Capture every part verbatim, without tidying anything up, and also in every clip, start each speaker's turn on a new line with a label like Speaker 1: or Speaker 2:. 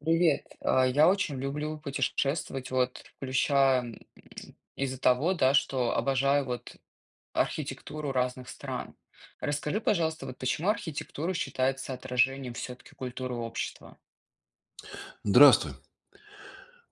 Speaker 1: Привет. А, Я очень люблю путешествовать, вот, включая м, из-за того, да, что обожаю вот архитектуру разных стран. Расскажи, пожалуйста, вот почему архитектура считается отражением все-таки культуры общества?
Speaker 2: Здравствуй.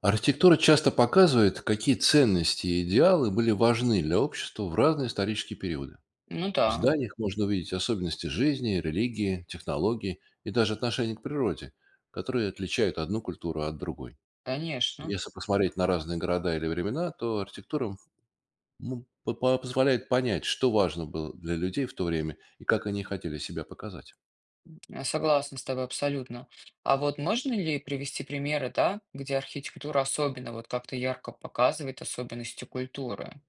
Speaker 2: Архитектура часто показывает, какие ценности и идеалы были важны для общества в разные исторические периоды.
Speaker 1: Ну
Speaker 2: В
Speaker 1: да,
Speaker 2: зданиях можно увидеть особенности жизни, религии, технологий и даже отношений к природе, которые отличают одну культуру от другой.
Speaker 1: конечно.
Speaker 2: Если посмотреть на разные города или времена, то архитектура ну, по- по- позволяет понять, что важно было для людей в то время и как они хотели себя показать.
Speaker 1: Я согласна с тобой абсолютно. А вот можно ли привести примеры, да, где архитектура особенно вот как-то ярко показывает особенности культуры?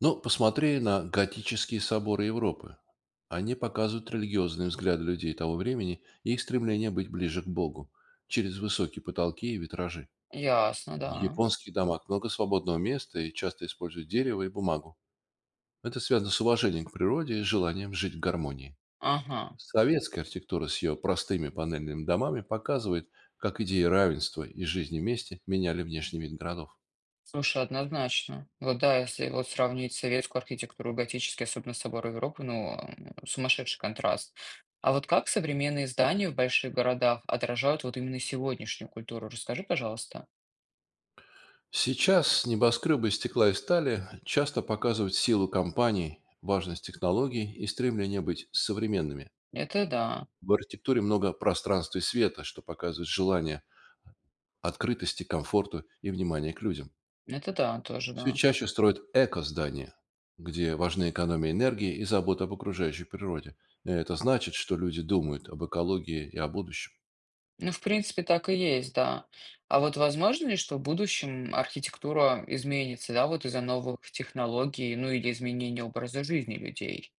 Speaker 2: Ну, посмотри на готические соборы Европы. Они показывают религиозные взгляды людей того времени и их стремление быть ближе к Богу через высокие потолки и витражи.
Speaker 1: Ясно,
Speaker 2: В
Speaker 1: да.
Speaker 2: японских домах много свободного места и часто используют дерево и бумагу. Это связано с уважением к природе и желанием жить в гармонии.
Speaker 1: Ага.
Speaker 2: Советская архитектура с ее простыми панельными домами показывает, как идеи равенства и жизни вместе меняли внешний вид городов.
Speaker 1: Слушай, однозначно. Вот да, если вот сравнить советскую архитектуру и готический, особенно соборы Европы, ну, м, сумасшедший контраст. А вот как современные здания в больших городах отражают вот именно сегодняшнюю культуру? Расскажи, пожалуйста.
Speaker 2: Сейчас небоскребы из стекла и стали часто показывают силу компаний, важность технологий и стремление быть современными.
Speaker 1: Это да,
Speaker 2: В архитектуре много пространства и света, что показывает желание открытости, комфорту и внимания к людям.
Speaker 1: это да, тоже
Speaker 2: Все
Speaker 1: да.
Speaker 2: чаще строят эко-здания, где важны экономия энергии и забота об окружающей природе. Это значит, что люди думают об экологии и о будущем.
Speaker 1: Ну, в принципе, так и есть, да. А вот возможно ли, что в будущем архитектура изменится, да, вот из-за новых технологий, ну, или изменения образа жизни людей?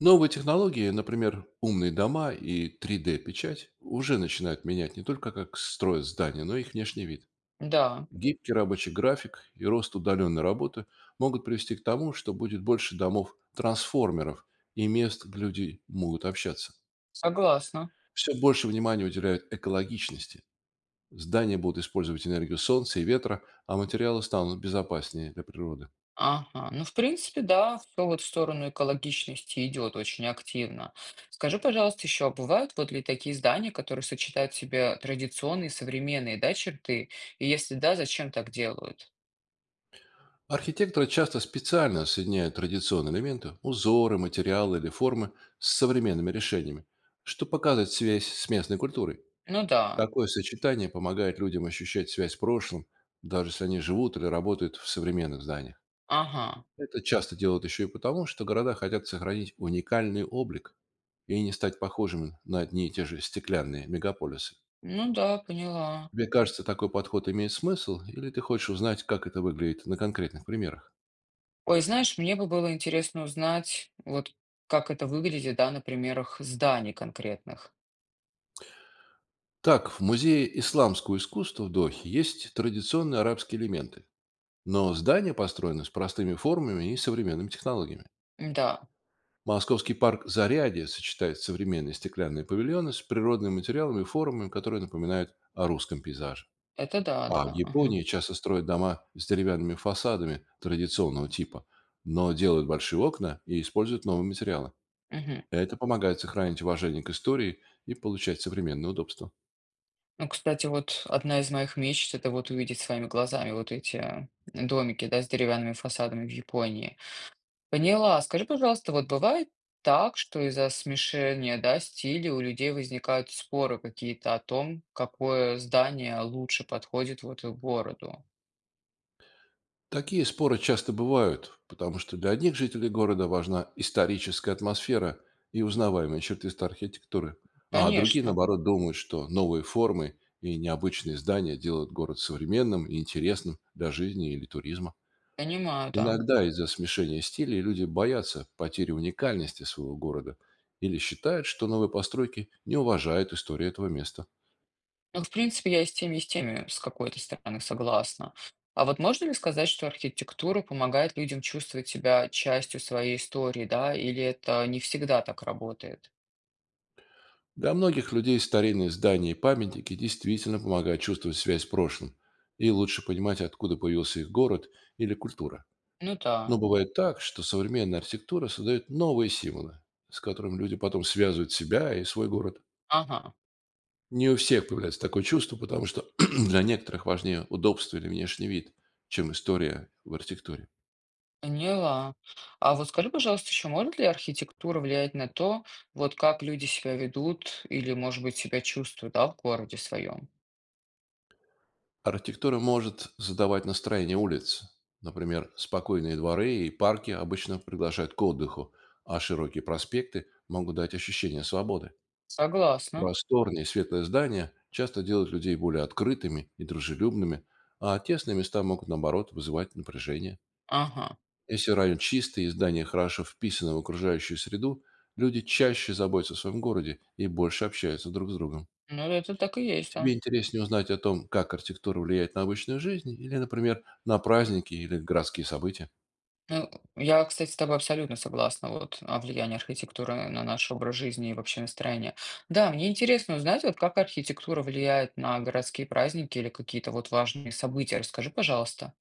Speaker 2: Новые технологии, например, умные дома и три дэ-печать, уже начинают менять не только как строят здания, но и их внешний вид.
Speaker 1: Да,
Speaker 2: Гибкий рабочий график и рост удаленной работы могут привести к тому, что будет больше домов-трансформеров и мест, где люди могут общаться.
Speaker 1: согласна.
Speaker 2: Все больше внимания уделяют экологичности. Здания будут использовать энергию солнца и ветра, а материалы станут безопаснее для природы.
Speaker 1: Ага, ну, в принципе, да, все вот в сторону экологичности идет очень активно. Скажи, пожалуйста, еще, а бывают вот ли такие здания, которые сочетают в себе традиционные и современные, да, черты? И если да, зачем так делают?
Speaker 2: Архитекторы часто специально соединяют традиционные элементы, узоры, материалы или формы с современными решениями, что показывает связь с местной культурой.
Speaker 1: Ну да,
Speaker 2: Такое сочетание помогает людям ощущать связь с прошлым, даже если они живут или работают в современных зданиях.
Speaker 1: ага,
Speaker 2: Это часто делают еще и потому, что города хотят сохранить уникальный облик и не стать похожими на одни и те же стеклянные мегаполисы.
Speaker 1: ну да, поняла.
Speaker 2: Тебе кажется, такой подход имеет смысл, или ты хочешь узнать, как это выглядит на конкретных примерах?
Speaker 1: Ой, знаешь, мне бы было интересно узнать, вот как это выглядит, да, на примерах зданий конкретных.
Speaker 2: Так, в Музее исламского искусства в Дохе есть традиционные арабские элементы, но здание построено с простыми формами и современными технологиями.
Speaker 1: Да,
Speaker 2: Московский парк Зарядье сочетает современные стеклянные павильоны с природными материалами и формами, которые напоминают о русском пейзаже.
Speaker 1: это да, да,
Speaker 2: А в
Speaker 1: ага,
Speaker 2: Японии часто строят дома с деревянными фасадами традиционного типа, но делают большие окна и используют новые материалы.
Speaker 1: мгм.
Speaker 2: Это помогает сохранить уважение к истории и получать современные удобства.
Speaker 1: Ну, кстати, вот одна из моих мечт это вот увидеть своими глазами вот эти э, домики, да, с деревянными фасадами в Японии. Поняла. Скажи, пожалуйста, вот бывает так, что из-за смешения, да, стилей у людей возникают споры какие-то о том, какое здание лучше подходит вот их городу?
Speaker 2: Такие споры часто бывают, потому что для одних жителей города важна историческая атмосфера и узнаваемые черты старой архитектуры, а другие,
Speaker 1: Конечно,
Speaker 2: наоборот, думают, что новые формы и необычные здания делают город современным и интересным для жизни или туризма.
Speaker 1: понимаю, да.
Speaker 2: Иногда из-за смешения стилей люди боятся потери уникальности своего города или считают, что новые постройки не уважают историю этого места.
Speaker 1: Ну, в принципе, я и с теми, и с теми с какой-то стороны согласна. А вот можно ли сказать, что архитектура помогает людям чувствовать себя частью своей истории, да, или это не всегда так работает?
Speaker 2: Для многих людей старинные здания и памятники действительно помогают чувствовать связь с прошлым и лучше понимать, откуда появился их город или культура.
Speaker 1: Ну да,
Speaker 2: Но бывает так, что современная архитектура создает новые символы, с которыми люди потом связывают себя и свой город.
Speaker 1: ага,
Speaker 2: Не у всех появляется такое чувство, потому что для некоторых важнее удобство или внешний вид, чем история в архитектуре.
Speaker 1: поняла. А вот скажи, пожалуйста, еще может ли архитектура влиять на то, вот как люди себя ведут или, может быть, себя чувствуют, да, в городе своем?
Speaker 2: Архитектура может задавать настроение улиц. Например, спокойные дворы и парки обычно приглашают к отдыху, а широкие проспекты могут дать ощущение свободы.
Speaker 1: Согласна.
Speaker 2: Просторные и светлые здания часто делают людей более открытыми и дружелюбными, а тесные места могут, наоборот, вызывать напряжение.
Speaker 1: Ага.
Speaker 2: Если район чистый и здания хорошо вписаны в окружающую среду, люди чаще заботятся о своем городе и больше общаются друг с другом.
Speaker 1: Ну, это так и есть,
Speaker 2: Тебе
Speaker 1: да.
Speaker 2: интереснее узнать о том, как архитектура влияет на обычную жизнь или, например, на праздники или городские события?
Speaker 1: Ну, я, кстати, с тобой абсолютно согласна вот о влиянии архитектуры на наш образ жизни и вообще настроение. Да, мне интересно узнать, вот как архитектура влияет на городские праздники или какие-то вот важные события. Расскажи, пожалуйста.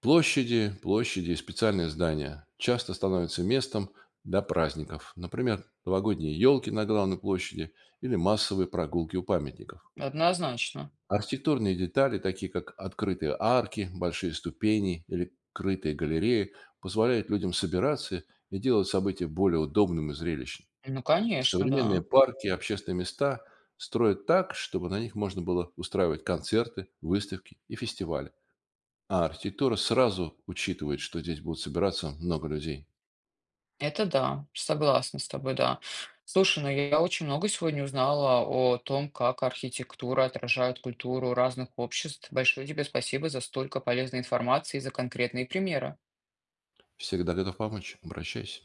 Speaker 2: Площади, площади и специальные здания часто становятся местом для праздников. Например, новогодние елки на главной площади или массовые прогулки у памятников.
Speaker 1: Однозначно.
Speaker 2: Архитектурные детали, такие как открытые арки, большие ступени или крытые галереи, позволяют людям собираться и делать события более удобным и зрелищным.
Speaker 1: Ну, конечно,
Speaker 2: Современные
Speaker 1: да.
Speaker 2: парки, общественные места строят так, чтобы на них можно было устраивать концерты, выставки и фестивали. А архитектура сразу учитывает, что здесь будут собираться много людей.
Speaker 1: Это да, согласна с тобой, да. Слушай, ну я очень много сегодня узнала о том, как архитектура отражает культуру разных обществ. Большое тебе спасибо за столько полезной информации и за конкретные примеры.
Speaker 2: Всегда готов помочь. Обращайся.